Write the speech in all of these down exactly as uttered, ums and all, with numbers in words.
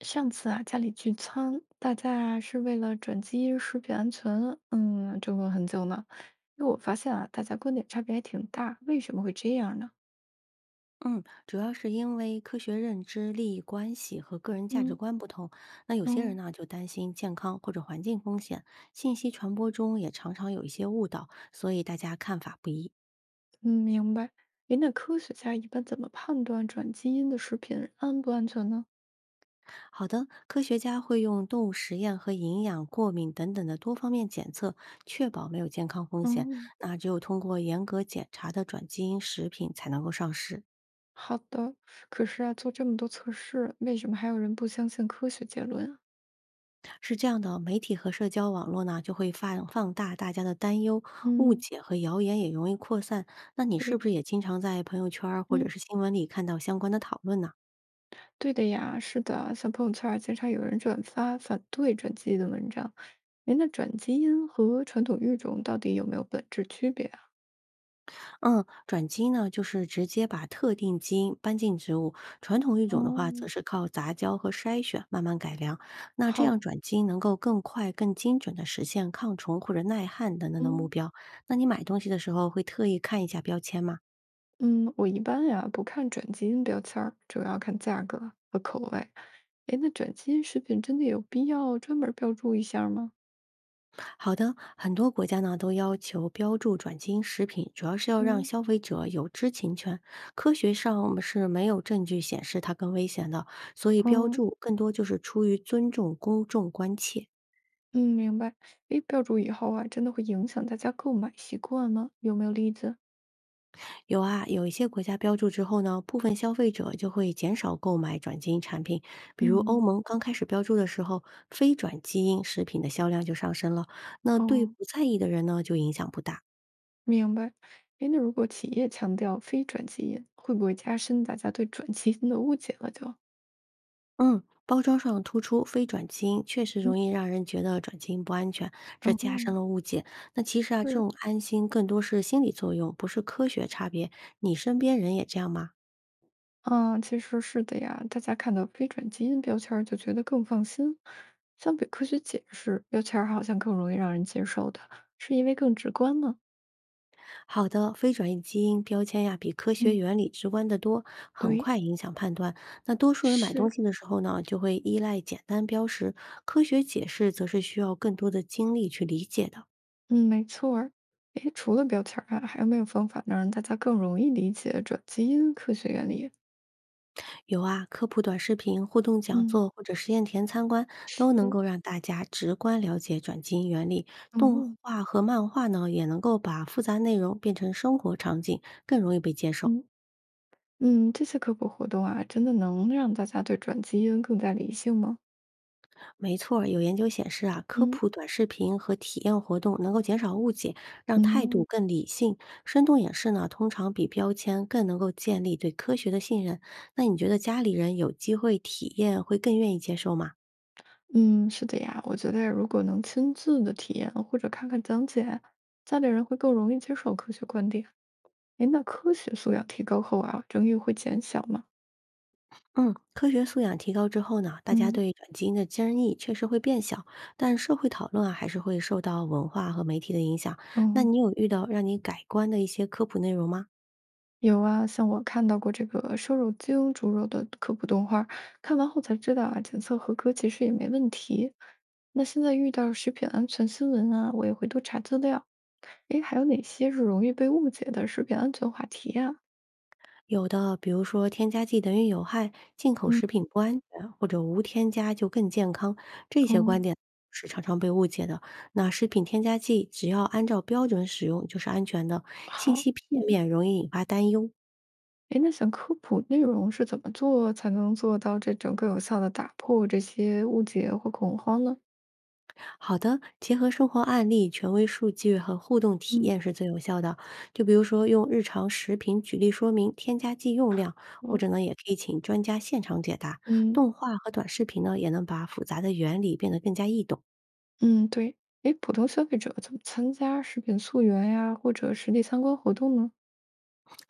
上次啊，家里聚餐，大家啊是为了转基、因食品安全，嗯，争论很久呢。因为我发现啊，大家观点差别还挺大，为什么会这样呢？嗯，主要是因为科学认知、利益关系和个人价值嗯。观不同。那有些人哦。呢，就担心健康或者环境风险，信息传播中也常常有一些误导，所以大家看法不一。嗯，明白。诶，那科学家一般怎么判断转基因的食品安不安全呢？好的，科学家会用动物实验和营养、过敏等等的多方面检测，确保没有健康风险。嗯。那只有通过严格检查的转基因食品才能够上市。好的。可是啊，做这么多测试，为什么还有人不相信科学结论啊？是这样的，媒体和社交网络呢，就会放放大大家的担忧、误嗯。解和谣言，也容易扩散。那你对。是不是也经常在朋友圈儿或者嗯。是新闻里看到相关的讨论呢？对的呀，是的，像朋友圈儿经常有人转发反对转基因的文章，哎，那转基因和传统育种到底有没有本质区别啊？嗯，转基因呢，就是直接把特定基因搬进植物；传统育种的话，则哦。是靠杂交和筛选慢慢改良。那这好。样转基因能够更快、更精准地实现抗虫或者耐旱等等的目嗯标。那你买东西的时候会特意看一下标签吗？嗯，我一般呀不看转基因标签儿，主要看价格和口味。哎，那转基因食品真的有必要专门儿标注一下儿吗？好的，很多国家呢都要求标注转基因食品，主要是要让嗯。消费者有知情权。科学上我们是没有证据显示它更危险的，所以标哦。注更多就是出于尊重公众关切。嗯，明白。哎，标注以后啊，真的会影响大家购买习惯吗？有没有例子？有啊，有一些国家标注之后呢，部分消费者就会减少购买转基因产品，比如欧嗯。盟刚开始标注的时候，非转基因食品的销量就上升了。那对不哦。在意的人呢，就影响不大。明白。哎，那如果企业强调非转基因，会不会加深大家对转基因的误解了就？嗯，包装上突出非转基因，确实嗯。容易让人觉得转基因不安全，这哦。加深了误解。那其实啊，这是。种安心更多是心理作用，不是科学差别。你身边人也这样吗？嗯，其实是的呀。大家看到非转基因标签儿就觉得更放心，相比科学解释，标签儿好像更容易让人接受的，是因为更直观吗？好的，非转移基因标签呀，比科学嗯。原理直观得多，很对。快影响判断。那多数人买东是。西的时候呢，就会依赖简单标识，科学解释则是需要更多的精力去理解的。嗯，没错儿。诶，除了标签儿啊，还有没有方法能让大家更容易理解转基因科学原理？有啊，科普短视频、互动讲嗯。座或者实验田参观，都能是。够让大家直观了解转基因原理。动嗯画和漫画呢，也能够把复杂内容变成生活场景，更容易被接受。嗯。嗯，这些科普活动啊，真的能让大家对转基因更加理性吗？没错儿有研究显示啊，科嗯。普短视频和体验活动能够减少误解，让嗯态度哦。更理性。生动演示呢，通常比标签更能够建立对科学的信任。那你觉得家里人有机会体验，会更愿意接受吗？嗯，是的呀，我觉得如果能亲自的体验或者看看讲解，家里人会更容易接受科学观点。诶，那科学素养提高后啊，争议会减小吗？嗯，科学素养提高之后呢，大家嗯对转基因的争议确实会变小，但社会讨论啊还是会受到文化和媒体的影响。那嗯。你有遇到让你改观的一些科普内容吗？有啊，像我看到过这个瘦肉精猪肉的科普动画儿看完后才知道啊，检测合格其实也没问题。那现在遇到食品安全新闻啊，我也会多查资料。诶，还有哪些是容易被误解的食品安全话题呀？有的，比如说添加剂等于有害，进口嗯。食品不安全，或者无添加就更健康，这些观嗯。点是常常被误解的。那食品添加剂只要按照标准使用就是安全的，信好。息片面容易引发担忧。诶，那想科普内容是怎么做才能做到这种更有效的打破这些误解或恐慌呢？好的，结合生活案例、权威数据和互动体嗯验是最有效的。就比如说，用日常食品举例说明添加剂用量，或哦。者呢，也可以请专家现场解答。嗯动画和短视频呢，也能把复杂的原理变得更加易懂。嗯。对。诶，普通消费者怎么参加食品溯源呀，或者实地参观活动呢？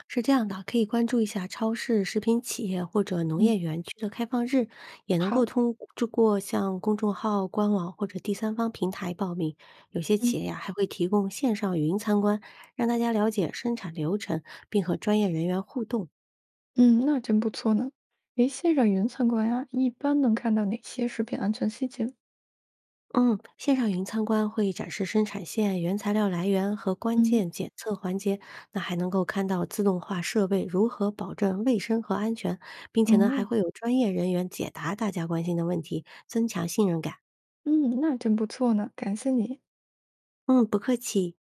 是这样的，可以关注一下超市、食品企业或者农业嗯。园区的开放日，也能够好。通就过像公众号、官网或者第三方平台报名。有些企嗯业呀、还会提供线上语音参观，让大家了解生产流程，并和专业人员互动。嗯，那真不错呢。诶，线上云参观呀，一般能看到哪些食品安全细节？嗯，线上云参观会展示生产线、原材料来源和关嗯。键检测环节，那还能够看到自动化设备如何保证卫生和安全，并且呢，还嗯会有专业人员解答大家关心的问题，增强信任感。嗯，那真不错呢，感谢你。嗯，不客气。